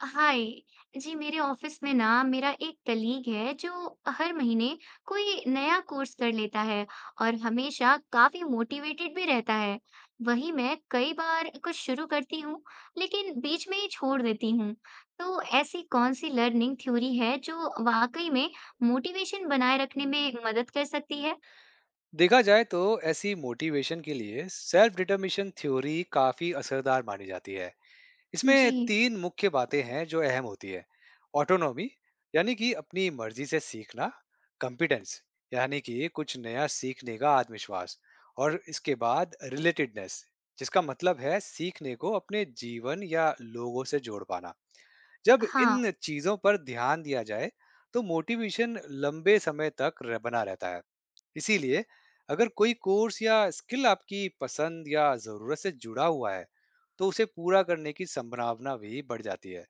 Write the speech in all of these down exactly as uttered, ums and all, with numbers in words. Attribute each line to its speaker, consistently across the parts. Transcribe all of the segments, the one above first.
Speaker 1: हाय जी। मेरे ऑफिस में ना मेरा एक कलीग है जो हर महीने कोई नया कोर्स कर लेता है और हमेशा काफी मोटिवेटेड भी रहता है। वही मैं कई बार कुछ शुरू करती हूँ, लेकिन बीच में ही छोड़ देती हूँ। तो ऐसी कौन सी लर्निंग थ्योरी है जो वाकई में मोटिवेशन बनाए रखने में मदद कर सकती है?
Speaker 2: देखा जाए तो ऐसी मोटिवेशन के लिए सेल्फ डिटर्मिनेशन थ्योरी काफी असरदार मानी जाती है। इसमें
Speaker 1: जी।
Speaker 2: तीन मुख्य बातें हैं जो अहम होती है। ऑटोनॉमी यानी कि अपनी मर्जी से सीखना, कॉम्पिटेंस यानी कि कुछ नया सीखने का आत्मविश्वास, और इसके बाद रिलेटेडनेस, जिसका मतलब है सीखने को अपने जीवन या लोगों से जोड़ पाना। जब
Speaker 1: हाँ।
Speaker 2: इन चीजों पर ध्यान दिया जाए तो मोटिवेशन लंबे समय तक रह- बना रहता है। इसीलिए अगर कोई कोर्स या स्किल आपकी पसंद या जरूरत से जुड़ा हुआ है, तो उसे पूरा करने की संभावना भी बढ़ जाती है।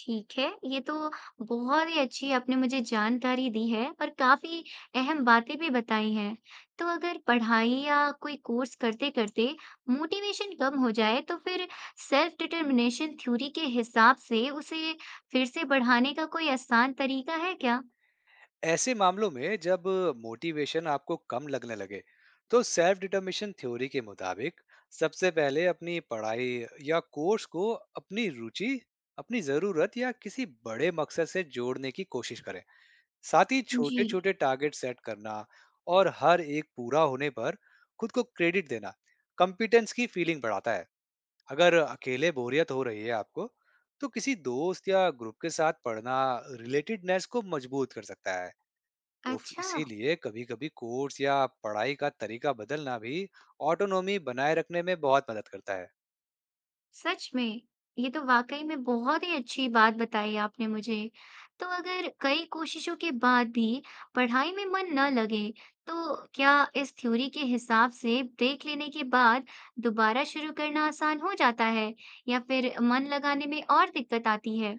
Speaker 1: ठीक है, ये तो बहुत ही अच्छी आपने मुझे जानकारी दी है और काफ़ी अहम बातें भी बताई हैं। तो अगर पढ़ाई या कोई कोर्स करते-करते मोटिवेशन कम हो जाए, तो फिर सेल्फ डिटरमिनेशन थ्योरी के हिसाब से उसे फिर से बढ़ाने का कोई आसान तरीका है क्या?
Speaker 2: ऐसे मामलों में जब मोटिवेशन आपको कम लगने लगे, तो सेल्फ डिटर्मिनेशन थ्योरी के मुताबिक सबसे पहले अपनी पढ़ाई या कोर्स को अपनी रुचि, अपनी जरूरत या किसी बड़े मकसद से जोड़ने की कोशिश करें। साथ ही
Speaker 1: जी।
Speaker 2: छोटे-छोटे टारगेट सेट करना और हर एक पूरा होने पर खुद को क्रेडिट देना कॉम्पिटेंस की फीलिंग बढ़ाता है। अगर अकेले बोरियत हो रही है आपको, तो किसी दोस्त या ग्रुप के साथ पढ़ना रिलेटेडनेस को मजबूत कर सकता है। तो फ-
Speaker 1: अच्छा।
Speaker 2: इसीलिए कभी-कभी कोर्स या पढ़ाई का तरीका बदलना भी ऑटोनॉमी बनाए रखने में बहुत मदद करता है।
Speaker 1: सच में, ये तो वाकई में बहुत ही अच्छी बात बताई आपने मुझे। तो अगर कई कोशिशों के बाद भी पढ़ाई में मन न लगे, तो क्या इस थ्योरी के हिसाब से ब्रेक लेने के बाद दोबारा शुरू करना आसान हो जाता है, या फिर मन लगाने में और दिक्कत आती है?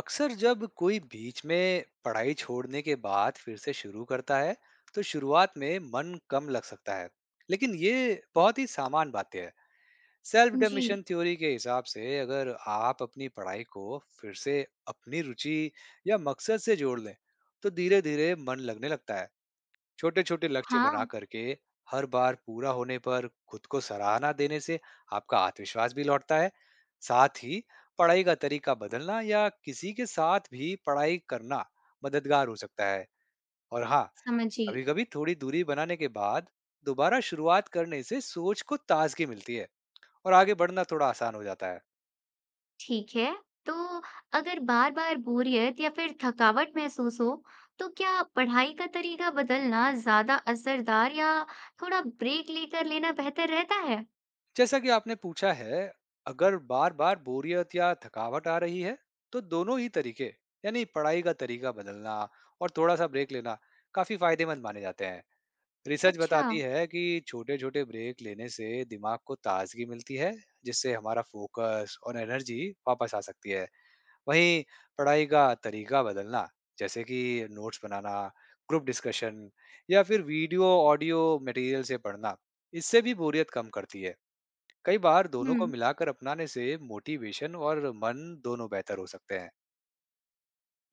Speaker 2: अक्सर जब कोई बीच में पढ़ाई छोड़ने के बाद फिर से शुरू करता है, तो शुरुआत में मन कम लग सकता है। लेकिन ये बहुत ही सामान्य बातें हैं। सेल्फ
Speaker 1: जी।
Speaker 2: डोमिशन थ्योरी के हिसाब से अगर आप अपनी पढ़ाई को फिर से अपनी रुचि या मकसद से जोड़ लें, तो धीरे-धीरे मन लगने लगता है। छोटे-छोटे लक्ष्य बना
Speaker 1: हाँ।
Speaker 2: करके हर बार पूरा होने पर खुद को सराहना देने से आपका आत्मविश्वास भी लौटता है। साथ ही पढ़ाई का तरीका बदलना या किसी के साथ भी पढ़ाई करना मददगार हो सकता है। और हाँ,
Speaker 1: समझिए।
Speaker 2: कभी-कभी थोड़ी दूरी बनाने के बाद दोबारा शुरुआत करने से सोच को ताजगी मिलती है और आगे बढ़ना थोड़ा आसान हो जाता है।
Speaker 1: ठीक है। तो अगर बार बार बोरियत या फिर थकावट महसूस हो, तो क्या पढ़ाई का तरीका बदलना ज्यादा असरदार, या थोड़ा ब्रेक लेकर लेना बेहतर रहता है?
Speaker 2: जैसा कि आपने पूछा है, अगर बार बार बोरियत या थकावट आ रही है, तो दोनों ही तरीके, यानी पढ़ाई का तरीका बदलना और थोड़ा सा ब्रेक लेना, काफी फायदेमंद माने जाते हैं। रिसर्च
Speaker 1: अच्छा।
Speaker 2: बताती है कि छोटे छोटे ब्रेक लेने से दिमाग को ताजगी मिलती है, जिससे हमारा फोकस और एनर्जी वापस आ सकती है। वहीं पढ़ाई का तरीका बदलना, जैसे कि नोट्स बनाना, ग्रुप डिस्कशन, या फिर वीडियो ऑडियो मटेरियल से पढ़ना, इससे भी बोरियत कम करती है। कई बार दोनों को
Speaker 1: हम्म।
Speaker 2: मिलाकर अपनाने से मोटिवेशन और मन दोनों बेहतर हो सकते हैं।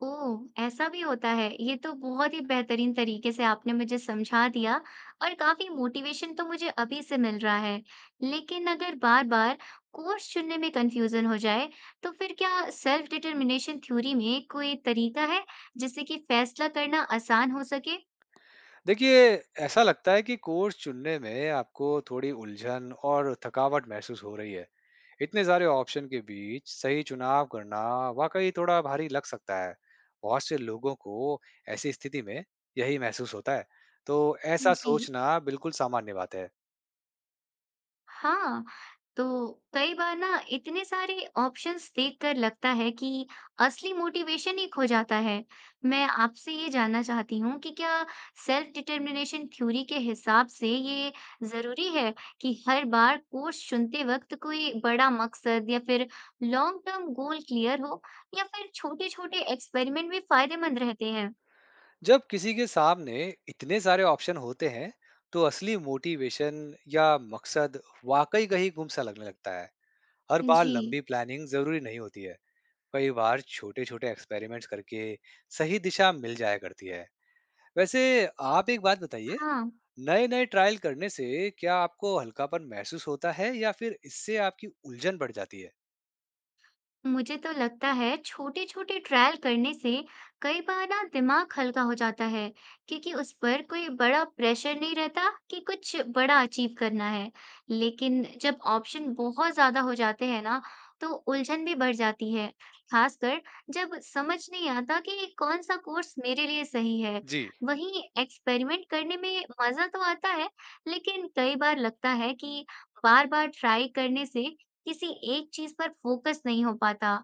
Speaker 1: ओह! ऐसा भी होता है। ये तो बहुत ही बेहतरीन तरीके से आपने मुझे समझा दिया और काफ़ी मोटिवेशन तो मुझे अभी से मिल रहा है। लेकिन अगर बार-बार कोर्स चुनने में कन्फ्यूज़न हो जाए, तो फिर क्या सेल्फ डिटरमिनेशन थ्योरी में कोई तरीका है, जिससे कि फैसला करना आसान हो सके?
Speaker 2: देखिए, ऐसा लगता है कि कोर्स चुनने में आपको थोड़ी उलझन और थकावट महसूस हो रही है। इतने सारे ऑप्शन के बीच सही चुनाव करना वाकई थोड़ा भारी लग सकता है। बहुत से लोगों को ऐसी स्थिति में यही महसूस होता है। तो ऐसा
Speaker 1: जी।
Speaker 2: सोचना बिल्कुल सामान्य बात है।
Speaker 1: हाँ, तो कई बार ना इतने सारे ऑप्शंस देखकर लगता है कि असली मोटिवेशन ही खो जाता है। मैं आपसे ये जानना चाहती हूँ कि क्या सेल्फ डिटर्मिनेशन थ्योरी के हिसाब से ये ज़रूरी है कि हर बार कोर्स चुनते वक्त कोई बड़ा मकसद या फिर लॉन्ग टर्म गोल क्लियर हो, या फिर छोटे-छोटे एक्सपेरिमेंट भी फायदेमंद रहते हैं?
Speaker 2: जब किसी के सामने इतने सारे ऑप्शन होते हैं, तो असली मोटिवेशन या मकसद वाकई कहीं गुम सा लगने लगता है। हर बार
Speaker 1: जी।
Speaker 2: लंबी प्लानिंग जरूरी नहीं होती है। कई बार छोटे छोटे एक्सपेरिमेंट्स करके सही दिशा मिल जाया करती है। वैसे आप एक बात बताइए,
Speaker 1: हाँ।
Speaker 2: नए नए ट्रायल करने से क्या आपको हल्कापन महसूस होता है या फिर इससे आपकी उलझन बढ़ जाती है?
Speaker 1: मुझे तो लगता है छोटे छोटे ट्रायल करने से कई बार ना दिमाग हल्का हो जाता है, क्योंकि उस पर कोई बड़ा प्रेशर नहीं रहता कि कुछ बड़ा अचीव करना है। लेकिन जब ऑप्शन बहुत ज्यादा हो जाते हैं ना, तो उलझन भी बढ़ जाती है, खासकर जब समझ नहीं आता कि कौन सा कोर्स मेरे लिए सही है।
Speaker 2: जी।
Speaker 1: वहीं एक्सपेरिमेंट करने में मजा तो आता है, लेकिन कई बार लगता है कि बार बार ट्राई करने से किसी एक चीज पर फोकस नहीं हो पाता।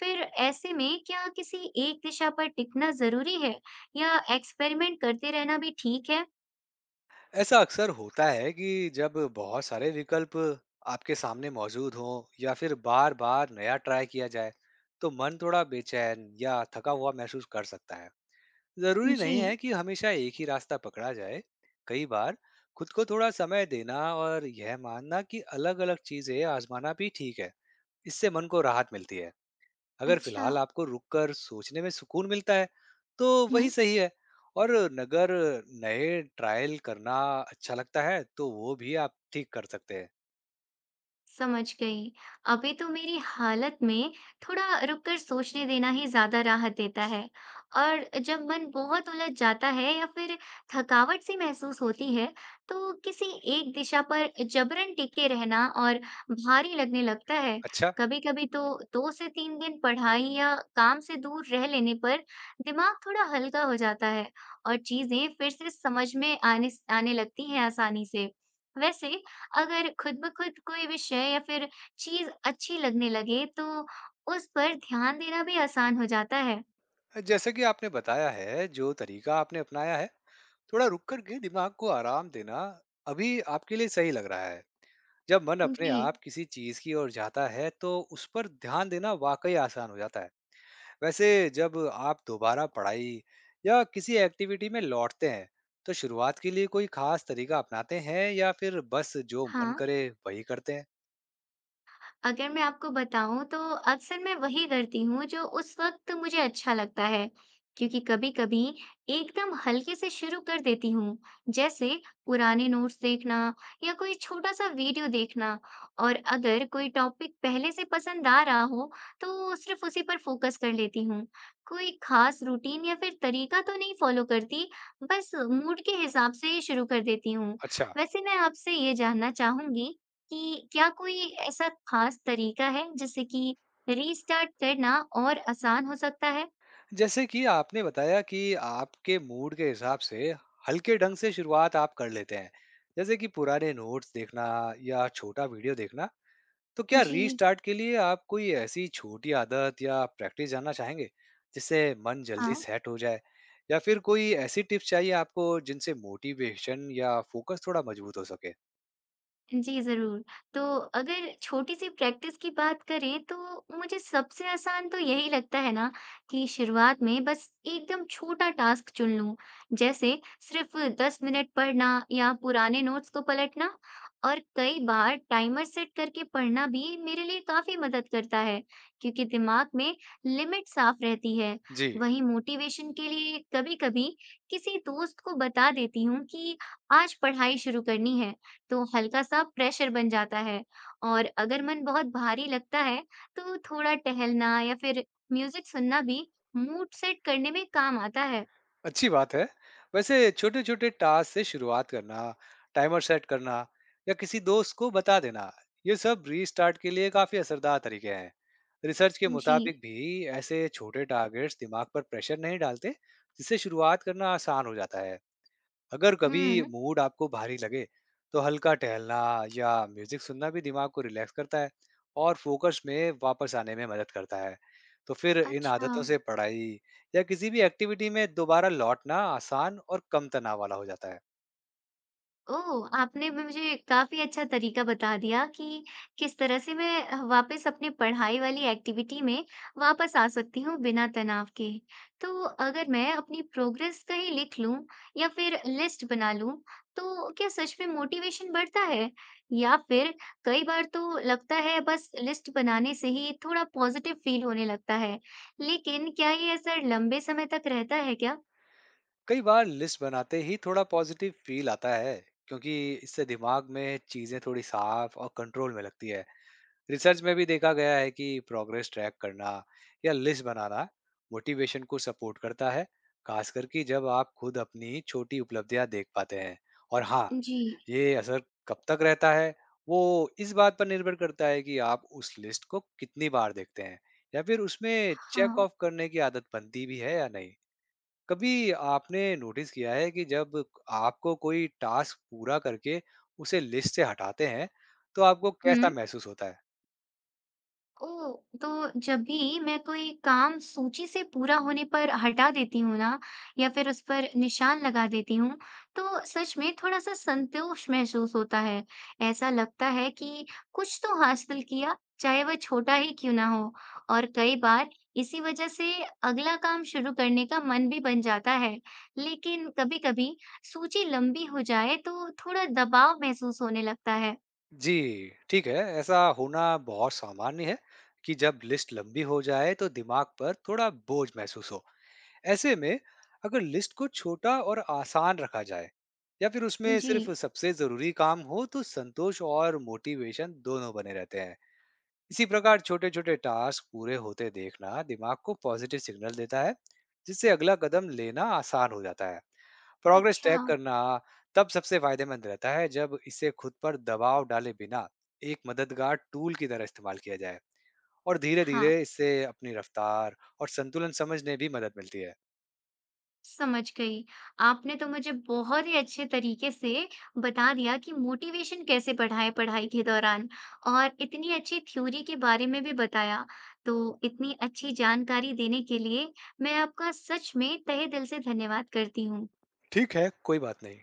Speaker 1: फिर ऐसे में क्या किसी एक दिशा पर टिकना ज़रूरी है, या एक्सपेरिमेंट करते रहना भी ठीक है?
Speaker 2: ऐसा अक्सर होता है कि जब बहुत सारे विकल्प आपके सामने मौजूद हों या फिर बार बार नया ट्राई किया जाए, तो मन थोड़ा बेचैन या थका हुआ महसूस कर सकता है। जरूरी
Speaker 1: जी।
Speaker 2: नहीं है कि हमेशा एक ही रास्ता पकड़ा जाए। कई बार खुद को थोड़ा समय देना और यह मानना कि अलग अलग चीजें आजमाना भी ठीक है, इससे मन को राहत मिलती है। अगर
Speaker 1: अच्छा।
Speaker 2: फिलहाल आपको रुककर सोचने में सुकून मिलता है, तो वही सही है। और अगर नए ट्रायल करना अच्छा लगता है, तो वो भी आप ठीक कर सकते हैं।
Speaker 1: समझ गई। अभी तो मेरी हालत में थोड़ा रुककर सोचने देना ही ज़्यादा राहत देता है, और जब मन बहुत उलझ जाता है या फिर थकावट सी महसूस होती है, तो किसी एक दिशा पर जबरन टिके रहना और भारी लगने लगता है।
Speaker 2: अच्छा।
Speaker 1: कभी-कभी तो दो से तीन दिन पढ़ाई या काम से दूर रह लेने पर दिमाग थोड़ा हल्का हो जाता है और चीज़ें फिर से समझ में आने आने लगती हैं आसानी से। वैसे अगर खुद ब खुद कोई विषय या फिर चीज़ अच्छी लगने लगे, तो उस पर ध्यान देना भी आसान हो जाता है।
Speaker 2: जैसे कि आपने बताया है, जो तरीका आपने अपनाया है, थोड़ा रुक कर के दिमाग को आराम देना, अभी आपके लिए सही लग रहा है। जब मन अपने
Speaker 1: जी।
Speaker 2: आप किसी चीज की ओर जाता है तो उस पर ध्यान देना वाकई आसान हो जाता है। वैसे, जब आप दोबारा पढ़ाई या किसी एक्टिविटी में लौटते हैं, तो शुरुआत के लिए कोई खास तरीका अपनाते हैं या फिर बस जो मन
Speaker 1: हाँ।
Speaker 2: करे वही करते हैं?
Speaker 1: अगर मैं आपको बताऊँ तो अक्सर मैं वही करती हूँ जो उस वक़्त मुझे अच्छा लगता है, क्योंकि कभी-कभी एकदम हल्के से शुरू कर देती हूँ, जैसे पुराने नोट्स देखना या कोई छोटा-सा वीडियो देखना, और अगर कोई टॉपिक पहले से पसंद आ रहा हो, तो सिर्फ़ उसी पर फ़ोकस कर लेती हूँ। कोई ख़ास रूटीन या फिर तरीका तो नहीं फ़ॉलो करती, बस मूड के हिसाब से ही शुरू कर देती हूँ।
Speaker 2: अच्छा।
Speaker 1: वैसे मैं आपसे ये जानना चाहूँगी कि क्या कोई ऐसा खास तरीका है जिससे कि रीस्टार्ट करना और आसान हो सकता है?
Speaker 2: जैसे कि आपने बताया कि आपके मूड के हिसाब से हल्के ढंग से शुरुआत आप कर लेते हैं, जैसे कि पुराने नोट्स देखना या छोटा वीडियो देखना, तो क्या
Speaker 1: जी।
Speaker 2: रीस्टार्ट के लिए आप कोई ऐसी छोटी आदत या प्रैक्टिस जानना चाहेंगे जिससे मन जल्दी
Speaker 1: हाँ।
Speaker 2: सेट हो जाए, या फिर कोई ऐसी टिप्स चाहिए आपको जिनसे मोटिवेशन या फोकस थोड़ा मजबूत हो सके?
Speaker 1: जी, ज़रूर। तो अगर छोटी-सी प्रैक्टिस की बात करें, तो मुझे सबसे आसान तो यही लगता है ना कि शुरुआत में बस एकदम छोटा टास्क चुन लूँ। जैसे सिर्फ़ दस मिनट पढ़ना या पुराने नोट्स को पलटना, और कई बार टाइमर सेट करके पढ़ना भी मेरे लिए काफ़ी मदद करता है, क्योंकि दिमाग में लिमिट साफ़ रहती है।
Speaker 2: जी।
Speaker 1: वहीं मोटिवेशन के लिए कभी-कभी किसी दोस्त को बता देती हूँ कि आज पढ़ाई शुरू करनी है, तो हल्का-सा प्रेशर बन जाता है, और अगर मन बहुत भारी लगता है, तो थोड़ा टहलना या फिर म्यूज़िक सुनना भी मूड सेट करने में काम आता है।
Speaker 2: अच्छी बात है। वैसे छोटे छोटे टास्क से शुरुआत करना, टाइमर सेट करना, या किसी दोस्त को बता देना, ये सब रीस्टार्ट के लिए काफी असरदार तरीके हैं। रिसर्च के
Speaker 1: जी।
Speaker 2: मुताबिक भी ऐसे छोटे टारगेट्स दिमाग पर प्रेशर नहीं डालते, जिससे शुरुआत करना आसान हो जाता है। अगर कभी
Speaker 1: हुँ।
Speaker 2: मूड आपको भारी लगे, तो हल्का टहलना या म्यूजिक सुनना भी दिमाग को रिलैक्स करता है और फोकस में वापस आने में मदद करता है। तो फिर इन
Speaker 1: अच्छा।
Speaker 2: आदतों से पढ़ाई या किसी भी एक्टिविटी में दोबारा लौटना आसान और कम तनाव वाला हो जाता है।
Speaker 1: ओह! आपने भी मुझे काफ़ी अच्छा तरीका बता दिया कि किस तरह से मैं अ, वापस अपनी पढ़ाई वाली एक्टिविटी में वापस आ सकती हूँ बिना तनाव के। तो अगर मैं अपनी प्रोग्रेस कहीं लिख लूँ या फिर लिस्ट बना लूँ, तो क्या सच में मोटिवेशन बढ़ता है? या फिर कई बार तो लगता है बस लिस्ट बनाने से ही थोड़ा पॉजिटिव फील होने लगता है, लेकिन क्या ये असर लंबे समय तक रहता है क्या?
Speaker 2: कई बार लिस्ट बनाते ही थोड़ा पॉजिटिव फील आता है, क्योंकि इससे दिमाग में चीजें थोड़ी साफ और कंट्रोल में लगती है। रिसर्च में भी देखा गया है कि प्रोग्रेस ट्रैक करना या लिस्ट बनाना मोटिवेशन को सपोर्ट करता है, खासकर कि जब आप खुद अपनी छोटी उपलब्धियां देख पाते हैं। और हाँ,
Speaker 1: जी।
Speaker 2: ये असर कब तक रहता है, वो इस बात पर निर्भर करता है कि आप उस लिस्ट को कितनी बार देखते हैं, या फिर उसमें चेक
Speaker 1: हाँ।
Speaker 2: ऑफ करने की आदत बनती भी है या नहीं। कभी आपने नोटिस किया है कि जब आपको कोई टास्क पूरा करके उसे लिस्ट से हटाते हैं, तो आपको
Speaker 1: हुँ।
Speaker 2: कैसा महसूस होता है?
Speaker 1: ओह! तो जब भी मैं कोई काम सूची से पूरा होने पर हटा देती हूँ ना, या फिर उस पर निशान लगा देती हूँ, तो सच में थोड़ा-सा संतोष महसूस होता है। ऐसा लगता है कि कुछ तो हासिल किया, चाहे वह छोटा ही क्यों ना हो। और कई बार इसी वजह से अगला काम शुरू करने का मन भी बन जाता है। लेकिन कभी-कभी सूची लंबी हो जाए तो थोड़ा दबाव महसूस होने लगता है।
Speaker 2: जी, ठीक है। ऐसा होना बहुत सामान्य है कि जब लिस्ट लंबी हो जाए तो दिमाग पर थोड़ा बोझ महसूस हो। ऐसे में अगर लिस्ट को छोटा और आसान रखा जाए, या फिर उसमें
Speaker 1: जी।
Speaker 2: सिर्फ सबसे ज़रूरी काम हो, तो संतोष और मोटिवेशन दोनों बने रहते हैं। इसी प्रकार छोटे छोटे टास्क पूरे होते देखना दिमाग को पॉजिटिव सिग्नल देता है, जिससे अगला कदम लेना आसान हो जाता है। प्रोग्रेस
Speaker 1: अच्छा।
Speaker 2: ट्रैक करना तब सबसे फायदेमंद रहता है जब इसे खुद पर दबाव डाले बिना एक मददगार टूल की तरह इस्तेमाल किया जाए, और धीरे
Speaker 1: हाँ।
Speaker 2: धीरे इससे अपनी रफ्तार और संतुलन समझने भी मदद मिलती है।
Speaker 1: समझ गई। आपने तो मुझे बहुत ही अच्छे तरीके से बता दिया कि मोटिवेशन कैसे बढ़ाएँ पढ़ाई के दौरान, और इतनी अच्छी थ्योरी के बारे में भी बताया। तो इतनी अच्छी जानकारी देने के लिए मैं आपका सच में तहे दिल से धन्यवाद करती हूँ।
Speaker 2: ठीक है, कोई बात नहीं।